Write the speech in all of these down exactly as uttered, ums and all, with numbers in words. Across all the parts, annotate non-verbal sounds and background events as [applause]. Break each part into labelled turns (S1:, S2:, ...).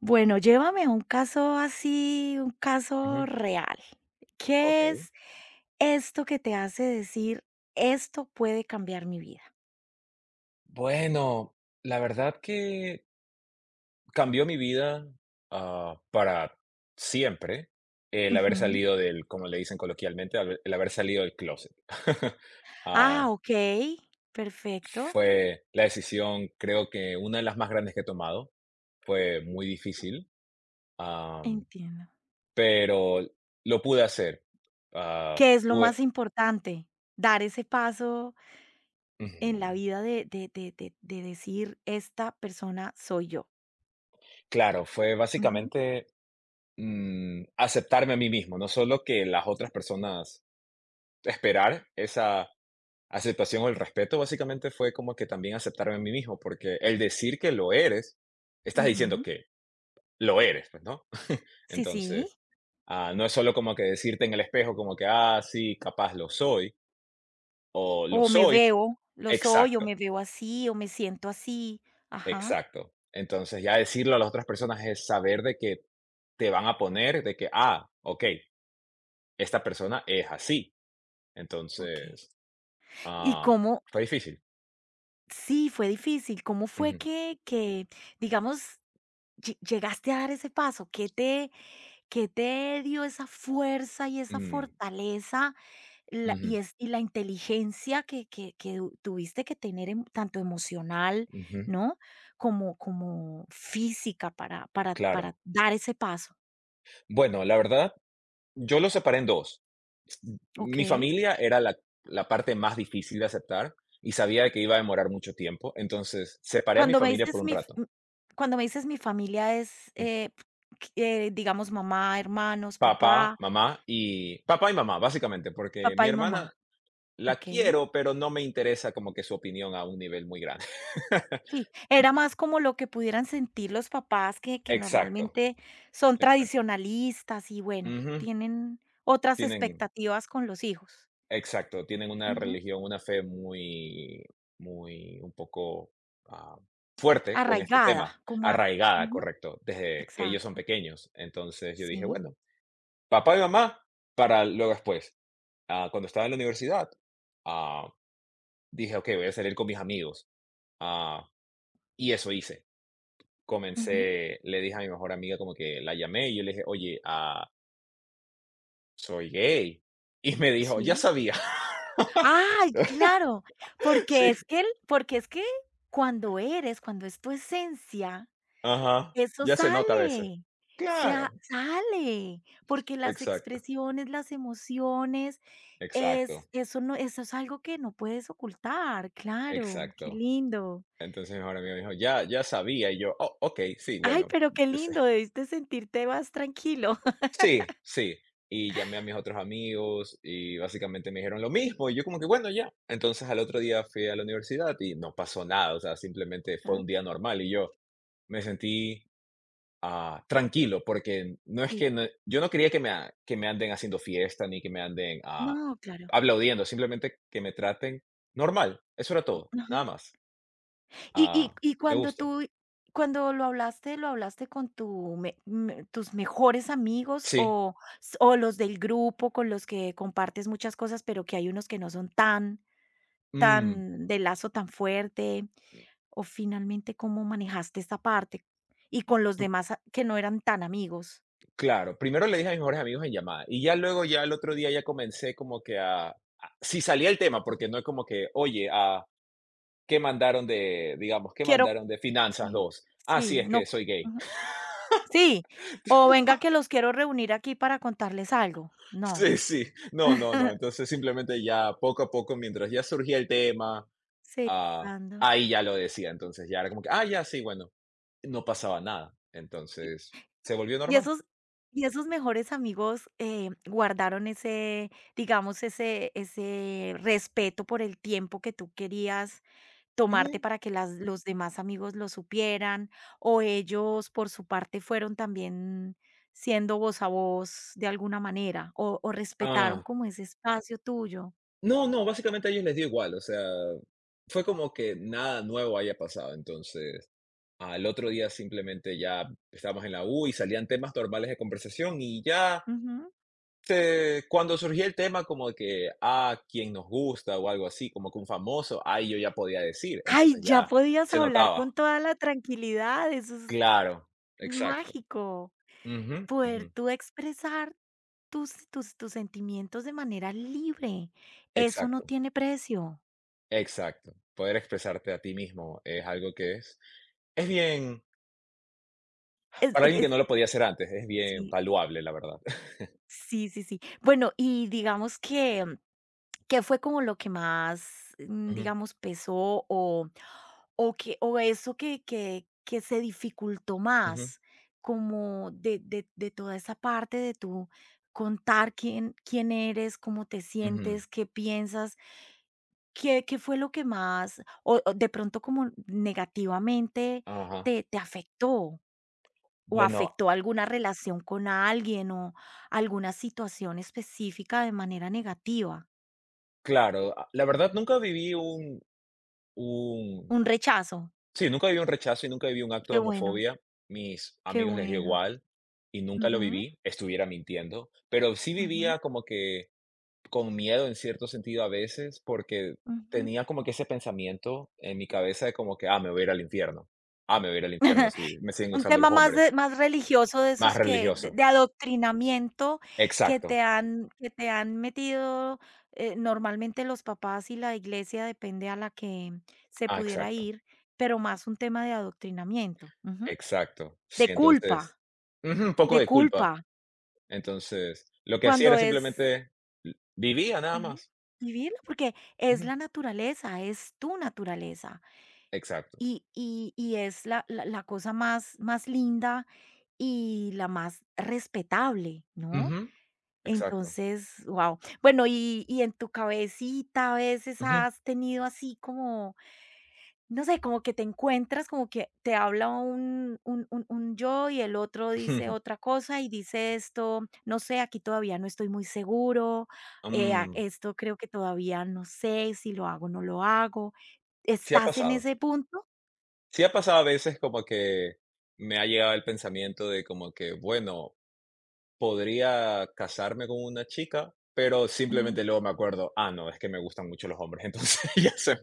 S1: Bueno, llévame a un caso así, un caso
S2: Ujú,
S1: real. ¿Qué
S2: okey.
S1: es esto que te hace decir: "Esto puede cambiar mi vida"?
S2: Bueno, la verdad que cambió mi vida, ah, para siempre el haber
S1: Ujú.
S2: salido del, como le dicen coloquialmente, haber el haber salido del closet. [laughs] Ah,
S1: Ah, okey, perfecto,
S2: Fue la decisión, creo que una de las más grandes que he tomado. Fue muy difícil, am,
S1: entiendo.
S2: pero lo pude hacer. Ah,
S1: ¿Qué es lo
S2: tuve.
S1: más importante? Dar ese paso en la
S2: Ujú.
S1: vida de de de de de decir: "Esta persona soy yo".
S2: Claro, fue
S1: Ujú,
S2: básicamente, mm, aceptarme a mí mismo, no solo que las otras personas esperar esa aceptación o el respeto, básicamente fue como que también aceptarme a mí mismo, porque el decir que lo eres, estás diciendo
S1: ujú.
S2: que lo eres, pues, ¿no? [laughs]
S1: Sí, sí.
S2: Entonces, ah, no es solo como que decirte en el espejo como que, ah, sí, capaz lo soy, o lo
S1: O me
S2: soy,
S1: veo, lo soy, o
S2: exacto,
S1: me veo así, o me siento así. Ajá,
S2: exacto. Entonces, ya decirlo a las otras personas es saber de que te van a poner, de que, ah, ok, esta persona es así.
S1: okey.
S2: Entonces,
S1: Y
S2: ah,
S1: cómo
S2: fue difícil.
S1: Sí, fue difícil, ¿cómo fue
S2: Ujú,
S1: que que, digamos, lle llegaste a dar ese paso? ¿Qué te qué te dio esa fuerza y esa
S2: mm,
S1: fortaleza, la y
S2: ujú,
S1: es y la inteligencia que que que du- tuviste que tener em tanto emocional,
S2: ujú.
S1: ¿no?, como como física para para para
S2: Claro.
S1: dar ese paso?
S2: Bueno, la verdad, yo lo separé en dos. Mi
S1: Okey.
S2: familia era la la parte más difícil de aceptar y sabía que iba a demorar mucho tiempo, entonces separé a mi
S1: Cuando me
S2: familia por
S1: dices
S2: un
S1: mi f
S2: rato.
S1: m cuando me dices mi familia es,
S2: Mm.
S1: eh, eh, digamos, mamá, hermanos,
S2: Papá,
S1: papá.
S2: mamá y papá y mamá, básicamente, porque mi
S1: Papá y mamá,
S2: hermana la
S1: okey.
S2: quiero, pero no me interesa como que su opinión a un nivel muy grande. [laughs]
S1: Sí, era más como lo que pudieran sentir los papás que que
S2: Exacto,
S1: normalmente son
S2: exacto.
S1: tradicionalistas y bueno,
S2: Ujú.
S1: tienen otras
S2: Tienen
S1: expectativas con los hijos.
S2: Exacto, tienen una
S1: Ujú.
S2: religión, una fe muy, muy un poco, ah, fuerte con este
S1: Arraigada,
S2: tema,
S1: como a
S2: arraigada,
S1: ujú,
S2: correcto, desde que ellos son
S1: exacto.
S2: pequeños. Entonces yo dije,
S1: Sí,
S2: bueno, papá y mamá, para luego después. Ah, cuando estaba en la universidad, ah, dije, ok, voy a salir con mis amigos, ah, y eso hice.
S1: ujú,
S2: Comencé Le dije a mi mejor amiga, como que la llamé y yo le dije: "Oye, ah, soy gay", y me dijo: "Ya
S1: sí.
S2: sabía".
S1: ¡Ay,
S2: [laughs]
S1: claro! Porque
S2: Sí.
S1: es que el porque es que cuando eres, cuando es tu esencia,
S2: Ajá,
S1: eso
S2: ya se nota a veces.
S1: sale, sea
S2: Claro,
S1: sale, porque las
S2: exacto,
S1: expresiones, las emociones, Es
S2: exacto,
S1: eso no eso es algo que no puedes ocultar, claro, qué
S2: exacto.
S1: lindo.
S2: Entonces mi mejor amigo me dijo: "Ya ya sabía", y yo: "Oh, okey, sí,
S1: Ay,
S2: bueno,
S1: pero qué
S2: sí,
S1: lindo, debiste sentirte más tranquilo.
S2: sí, sí". Y llamé a mis otros amigos y básicamente me dijeron lo mismo, y yo como que: "Bueno, ya". Entonces, al otro día fui a la universidad y no pasó nada, o sea, simplemente
S1: [laughs]
S2: fue
S1: Ajá.
S2: un día normal y yo me sentí, ah, tranquilo, porque no es
S1: Sí,
S2: que no, yo no quería que me a que me anden haciendo fiesta ni que me anden, ah,
S1: no, claro,
S2: aplaudiendo, simplemente que me traten normal, eso era todo,
S1: ajá.
S2: nada más.
S1: Y
S2: Ah,
S1: y y
S2: Me
S1: cuando
S2: gusta.
S1: tú cuando lo hablaste, ¿lo hablaste con tu me me tus mejores amigos
S2: Sí,
S1: o s o los del grupo con los que compartes muchas cosas, pero que hay unos que no son tan
S2: mm,
S1: tan de lazo tan fuerte? O finalmente, ¿cómo manejaste esta parte? Y con los
S2: p
S1: demás a que no eran tan amigos.
S2: claro, primero le dije a mis mejores amigos en llamada, y ya luego, ya el otro día ya comencé como que a a si salía el tema, porque no es como que: "Oye, a, ¿qué mandaron de, digamos, qué
S1: Quiero
S2: mandaron de Finanzas
S1: sí,
S2: dos? Ah, sí,
S1: sí,
S2: es
S1: no
S2: que soy gay".
S1: ujú,
S2: [laughs]
S1: sí, o venga que los quiero reunir aquí para contarles algo. No.
S2: Sí, sí, no, no, no,
S1: [laughs]
S2: entonces simplemente, ya poco a poco, mientras ya surgía el tema,
S1: Sí,
S2: ah,
S1: ando.
S2: ahí ya lo decía, entonces ya era como que: "Ah, ya, sí, bueno". No pasaba nada. Entonces, se volvió
S1: Y
S2: normal.
S1: esos y esos mejores amigos, eh, guardaron ese, digamos, ese ese respeto por el tiempo que tú querías tomarte
S2: Ujú.
S1: para que las los demás amigos lo supieran, o ellos por su parte fueron también siendo voz a voz de alguna manera, o o respetaron
S2: Ah,
S1: como ese espacio tuyo.
S2: no, no, básicamente a ellos les dio igual, o sea, fue como que nada nuevo haya pasado, entonces, al otro día simplemente ya estábamos en la U y salían temas normales de conversación y ya
S1: Ujú.
S2: se- cuando surgía el tema como de que, ah, quién nos gusta o algo así, como que un famoso, ahí yo ya podía decir,
S1: Ay,
S2: entonces
S1: ya
S2: ya
S1: podías
S2: se
S1: hablar
S2: notaba.
S1: con toda la tranquilidad, eso es
S2: Claro, exacto.
S1: mágico.
S2: Ujú,
S1: Poder
S2: ujú,
S1: tú expresar tus tus tus sentimientos de manera libre, eso no
S2: exacto.
S1: tiene precio.
S2: Exacto. Poder expresarte a ti mismo es algo que es es bien,
S1: Es
S2: para
S1: es
S2: alguien que
S1: es
S2: no lo podía hacer antes, es bien
S1: sí.
S2: valuable, la verdad. [laughs]
S1: Sí, sí, sí. Bueno, y digamos que, ¿qué fue como lo que más, mm,
S2: Ujú,
S1: digamos, pesó o o que o eso que que que se dificultó
S2: ujú,
S1: más como de de de toda esa parte de tú contar quién quién eres, cómo te
S2: ujú.
S1: sientes, qué piensas? ¿Qué qué fue lo que más o o de pronto como negativamente
S2: Ajá.
S1: te te afectó? ¿O
S2: Bueno,
S1: afectó alguna relación con alguien o alguna situación específica de manera negativa?
S2: claro, a la verdad nunca viví un un
S1: Un rechazo.
S2: sí, nunca viví un rechazo y nunca viví un acto de
S1: Qué bueno,
S2: homofobia. Mis
S1: qué
S2: amigos les dio
S1: bueno.
S2: igual y nunca lo
S1: Ujú,
S2: viví, estuviera mintiendo, pero sí
S1: ujú,
S2: vivía como que con miedo en cierto sentido a veces, porque
S1: ujú.
S2: tenía como que ese pensamiento en mi cabeza de como que, ah, me voy a ir al infierno, ah, me voy a ir al infierno si me siguen
S1: Un
S2: gustando
S1: tema
S2: los
S1: más
S2: hombres,
S1: de más religioso de
S2: más
S1: esos que de
S2: religioso.
S1: de adoctrinamiento que
S2: Exacto,
S1: te han que te han metido, eh, normalmente los papás y la iglesia, depende a la que se
S2: ah,
S1: pudiera
S2: exacto,
S1: ir, pero más un tema de adoctrinamiento. Ujú.
S2: exacto.
S1: De
S2: Sí, entonces,
S1: culpa,
S2: ujú, un poco
S1: de
S2: de culpa.
S1: culpa,
S2: Entonces, lo que hacía
S1: cuando
S2: era
S1: es
S2: simplemente l- vivía nada
S1: Ujú.
S2: más.
S1: Vivirlo, porque es
S2: Ujú,
S1: la naturaleza, es tu naturaleza.
S2: exacto.
S1: Y y y es la la la cosa más más linda y la más respetable, ¿no?
S2: Ujú, exacto.
S1: Entonces, wow. Bueno, y y en tu cabecita a veces
S2: Ujú,
S1: has tenido así como no sé, como que te encuentras, como que te habla un un un un yo y el otro dice otra
S2: [laughs]
S1: cosa y dice esto, no sé, aquí todavía no estoy muy seguro, eh, a
S2: mm,
S1: esto creo que todavía no sé si lo hago o no lo hago.
S2: sí ha
S1: ¿Estás en
S2: pasado.
S1: ese punto?
S2: Sí ha pasado a veces como que me ha llegado el pensamiento de como que, bueno, podría casarme con una chica, pero simplemente luego me acuerdo, ah, no, es que me gustan mucho los hombres, [laughs] entonces ya se,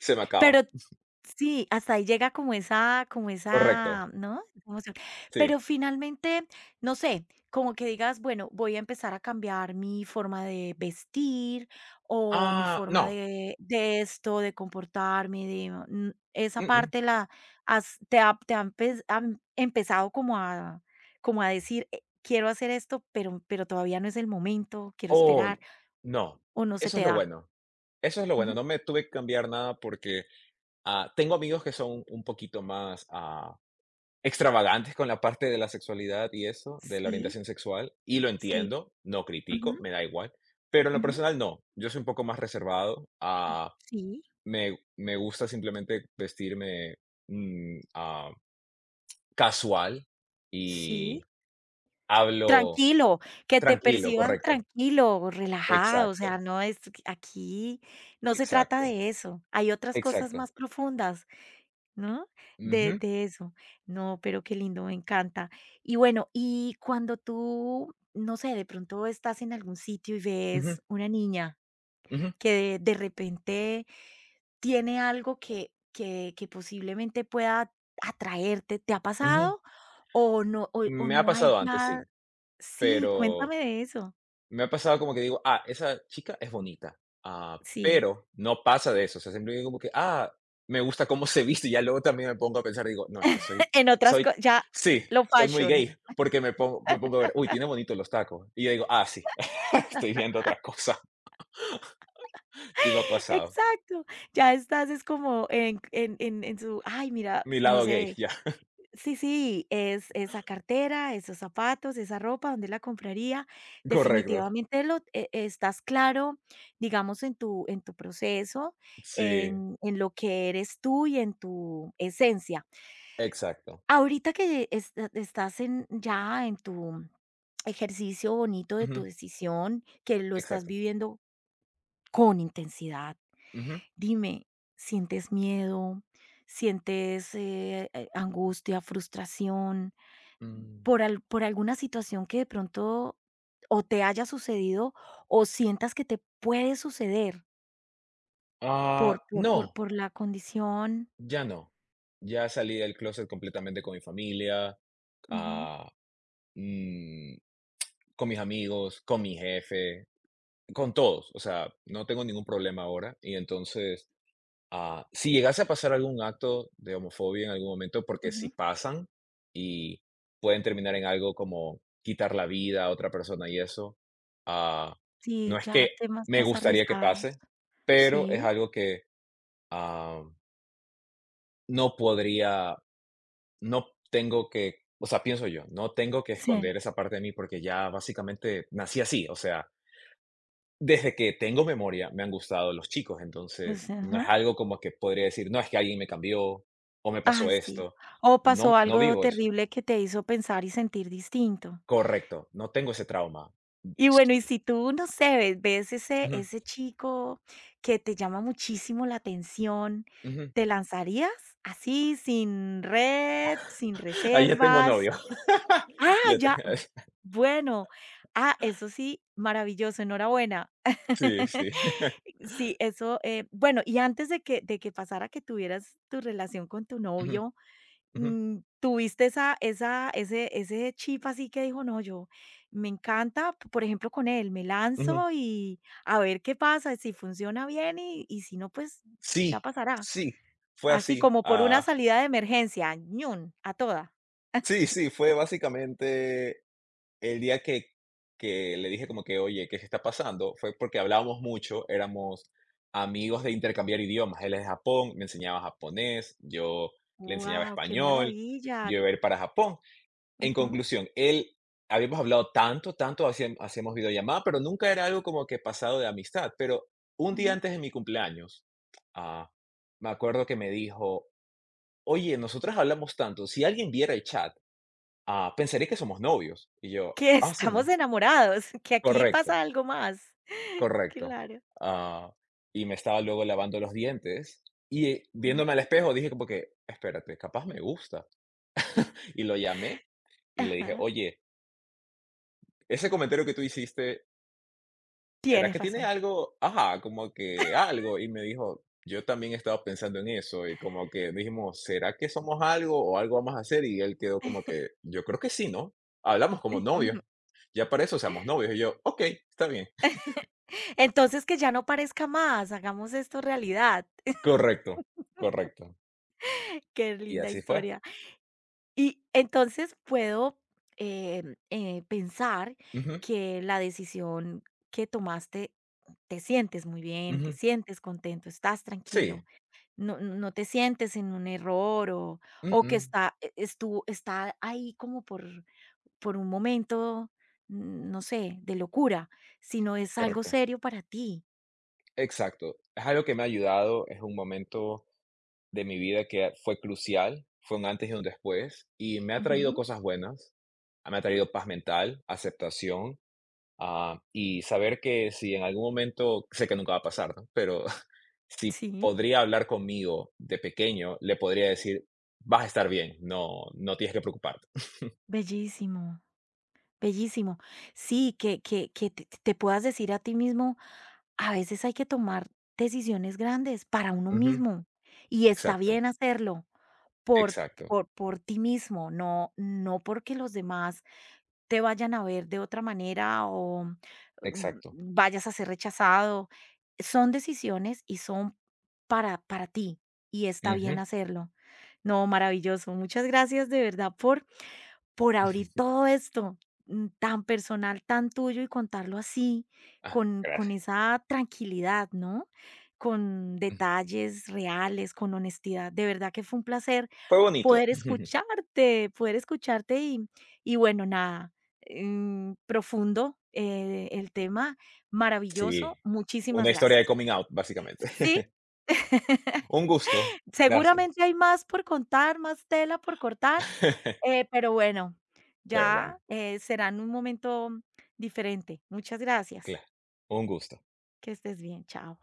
S2: se me acaba.
S1: Pero sí, hasta ahí llega como esa como
S2: Correcto,
S1: esa, ¿no? Emoción.
S2: sí.
S1: Pero finalmente, no sé, como que digas, bueno, voy a empezar a cambiar mi forma de vestir o mi
S2: Ah,
S1: forma
S2: no.
S1: de de esto, de comportarme, de, mm, esa
S2: Mm, mm.
S1: parte la has te ha te han empezado como a como a decir: "Eh, quiero hacer esto, pero pero todavía no es el momento, quiero
S2: Oh,
S1: esperar",
S2: no.
S1: o no se
S2: Eso
S1: te
S2: es lo
S1: da.
S2: bueno. Eso es lo
S1: Ujú.
S2: bueno. No me tuve que cambiar nada porque ah, tengo amigos que son un poquito más ah, extravagantes con la parte de la sexualidad y eso, de la
S1: Sí,
S2: orientación sexual, y lo
S1: sí.
S2: entiendo, no critico,
S1: Ujú,
S2: me da igual. Pero en lo
S1: ujú.
S2: personal no, yo soy un poco más reservado. ah,
S1: Sí.
S2: Me me gusta simplemente vestirme, mm, ah, casual,
S1: Sí,
S2: y hablo
S1: tranquilo, que te
S2: tranquilo,
S1: perciban
S2: correcto.
S1: tranquilo, relajado, o
S2: Exacto,
S1: sea, no es que aquí no se trata
S2: exacto,
S1: de eso, hay otras cosas
S2: exacto.
S1: más profundas, ¿no? De
S2: Ujú,
S1: de eso. No, pero qué lindo, me encanta. Y bueno, y cuando tú, no sé, de pronto estás en algún sitio y
S2: ujú,
S1: ves una niña
S2: ujú,
S1: que de de repente tiene algo que que que posiblemente pueda atraerte, ¿te ha
S2: ujú.
S1: pasado? ¿O no o o
S2: Me ha
S1: no hay
S2: pasado antes,
S1: nada
S2: sí,
S1: Sí,
S2: pero
S1: cuéntame de eso.
S2: me ha pasado como que digo: "Ah, esa chica es bonita", ah,
S1: Sí.
S2: pero no pasa de eso, o sea, siempre digo como que: "Ah, me gusta cómo se viste", y ya luego también me pongo a pensar, digo: "No, es que soy
S1: [laughs] En otras
S2: soy
S1: co ya
S2: sí,
S1: lo
S2: soy muy
S1: fashion.
S2: gay", porque me pongo me pongo a ver: "Uy, tiene bonitos los tacos", y yo digo: "Ah, sí, [laughs] estoy viendo otra cosa", sí me ha
S1: [laughs]
S2: pasado.
S1: Exacto. Ya estás es como en en en en su ay, mira,
S2: Mi
S1: no
S2: lado gay,
S1: sé.
S2: ya,
S1: Sí, sí, es esa cartera, esos zapatos, esa ropa, ¿dónde la compraría?
S2: correcto.
S1: Definitivamente lo e estás claro, digamos, en tu en tu proceso,
S2: Sí,
S1: en en lo que eres tú y en tu esencia.
S2: exacto.
S1: Ahorita que esta estás en ya en tu ejercicio bonito de tu
S2: Ujú,
S1: decisión, que lo estás
S2: exacto.
S1: viviendo con intensidad,
S2: Ujú,
S1: dime, ¿sientes miedo? ¿Sientes, eh, eh, angustia, frustración
S2: mm.
S1: por al por alguna situación que de pronto o te haya sucedido o sientas que te puede suceder
S2: Ah,
S1: por por por
S2: no,
S1: por la condición?
S2: ya no. Ya salí del closet completamente con mi familia,
S1: Ujú,
S2: ah, mm, con mis amigos, con mi jefe, con todos. O sea, no tengo ningún problema ahora. Y entonces, ah, si llegase a pasar algún acto de homofobia en algún momento, porque si
S1: ujú.
S2: pasan y pueden terminar en algo como quitar la vida a otra persona y eso, ah, no
S1: Sí,
S2: es
S1: ya
S2: que
S1: temas
S2: me
S1: más
S2: gustaría que
S1: arriesgados.
S2: pase, pero es
S1: Sí,
S2: algo que ah, no podría, no tengo que, o sea, pienso yo, no tengo que
S1: sí.
S2: esconder esa parte de mí porque ya básicamente nací así, o sea, desde que tengo memoria me han gustado los chicos,
S1: Pues,
S2: entonces no es
S1: ajá.
S2: algo como que podría decir, no es que alguien me cambió o me pasó
S1: Ah, sí.
S2: esto,
S1: O
S2: no,
S1: pasó
S2: no
S1: algo
S2: vivo eso,
S1: terrible que te hizo pensar y sentir distinto.
S2: correcto, no tengo ese trauma.
S1: Y bueno, y si tú, no sé, ve- ves ese,
S2: Ujú,
S1: ese chico que te llama muchísimo la atención,
S2: ujú.
S1: ¿te lanzarías así, sin red, sin
S2: Ahí ya tengo
S1: reservas?
S2: novio.
S1: Ah,
S2: [laughs] Ya te-
S1: ya.
S2: [laughs]
S1: Bueno. Ah, eso sí, maravilloso, enhorabuena.
S2: sí, sí. [laughs]
S1: Sí, eso, eh, bueno, y antes de que, de que pasara que tuvieras tu relación con tu
S2: Ujú,
S1: novio,
S2: ujú,
S1: mm, tuviste esa esa ese ese chip así que dijo: "No, yo me encanta, p- por ejemplo, con él, me
S2: ujú.
S1: lanzo y a ver qué pasa, si funciona bien y y si no, pues ya
S2: Sí,
S1: pasará".
S2: sí, fue
S1: Así
S2: así.
S1: como por una
S2: Ah,
S1: salida de emergencia, ñun, a toda.
S2: sí, sí, fue básicamente el día que que le dije como que: "Oye, ¿qué se está pasando?", fue porque hablábamos mucho, éramos amigos de intercambiar idiomas. Él es de Japón, me enseñaba japonés, yo le enseñaba
S1: Wow, qué
S2: español,
S1: maravilla.
S2: yo iba a ir para Japón.
S1: Ujú,
S2: En
S1: ujú.
S2: conclusión, él habíamos hablado tanto, tanto, hacíam hacíamos videollamada, pero nunca era algo como que pasado de amistad. Pero un día antes de
S1: [laughs]
S2: mi cumpleaños, ah, me acuerdo que me dijo: "Oye, nosotros hablamos tanto, si alguien viera el chat, ah, pensaría que somos novios". Y yo:
S1: Que
S2: "Ah, sí,
S1: estamos
S2: ¿no?".
S1: enamorados, [laughs] que aquí
S2: Correcto,
S1: pasa algo más. [laughs]
S2: correcto.
S1: Claro.
S2: Ah, y me estaba luego lavando los dientes y, eh,
S1: Ujú.
S2: viéndome al espejo, dije como que: "Espérate, capaz me gusta". Y lo llamé y le dije:
S1: Ajá.
S2: "Oye, ese comentario que tú hiciste, ¿será
S1: Tienes
S2: que tiene
S1: razón.
S2: algo? Ajá, como que algo". Y me dijo: "Yo también estaba pensando en eso", y como que dijimos: "¿Será que somos algo o algo vamos a hacer?". Y él quedó como que: "Yo creo que sí, ¿no? Hablamos como
S1: [laughs]
S2: novios.
S1: Ujú.
S2: Ya para eso seamos novios". Y yo: "Okey, está bien". [laughs]
S1: Entonces, que ya no parezca más, hagamos esto realidad.
S2: Correcto, correcto.
S1: [laughs] Qué
S2: Y
S1: linda
S2: así fue.
S1: historia. Y entonces puedo em, eh, pensar
S2: Ujú.
S1: que la decisión que tomaste, te sientes muy bien, te
S2: Ujú.
S1: sientes contento, estás
S2: Sí,
S1: tranquilo, no, no te sientes en un error o,
S2: mm,
S1: o que
S2: mm,
S1: está, e- estuvo, está ahí como por, por un momento, mm, no sé, de locura, sino es algo
S2: correcto.
S1: serio para ti.
S2: Exacto. Es algo que me ha ayudado, es un momento de mi vida que fue crucial, fue un antes y un después, y me ha traído
S1: Ujú,
S2: cosas buenas, me ha traído paz mental, aceptación, ah, y saber que si en algún momento, sé que nunca va a pasar, ¿no? Pero [laughs] si
S1: Sí,
S2: podría hablar conmigo de pequeño, le podría decir, vas a estar bien, no, no tienes que preocuparte.
S1: bellísimo. Bellísimo. Sí, que que que te te puedas decir a ti mismo, a veces hay que tomar decisiones grandes para uno
S2: Ujú,
S1: mismo, y está
S2: exacto,
S1: bien hacerlo por
S2: exacto,
S1: por por ti mismo, no no porque los demás te vayan a ver de otra manera o, mm,
S2: exacto.
S1: vayas a ser rechazado. Son decisiones y son para para ti, y está
S2: Ujú.
S1: bien hacerlo. No, maravilloso. Muchas gracias de verdad por por abrir
S2: [laughs]
S1: todo esto, mm, tan personal, tan tuyo y contarlo así,
S2: Ah,
S1: con, con
S2: gracias.
S1: esa tranquilidad, ¿no? Con detalles reales, con honestidad. De verdad que fue un placer
S2: Fue bonito.
S1: poder
S2: [laughs]
S1: escucharte, poder escucharte y, y bueno, nada, mm, profundo eh, el tema,
S2: Sí,
S1: maravilloso.
S2: una
S1: Muchísimas
S2: historia de
S1: gracias.
S2: coming out, básicamente.
S1: Sí,
S2: [laughs]
S1: [laughs]
S2: Un gusto. Gracias.
S1: seguramente hay más por contar, más tela por cortar,
S2: [laughs]
S1: eh, pero bueno,
S2: Pero bueno,
S1: ya, eh, será en un momento diferente. Muchas gracias.
S2: claro, un gusto.
S1: Que estés bien. Chao.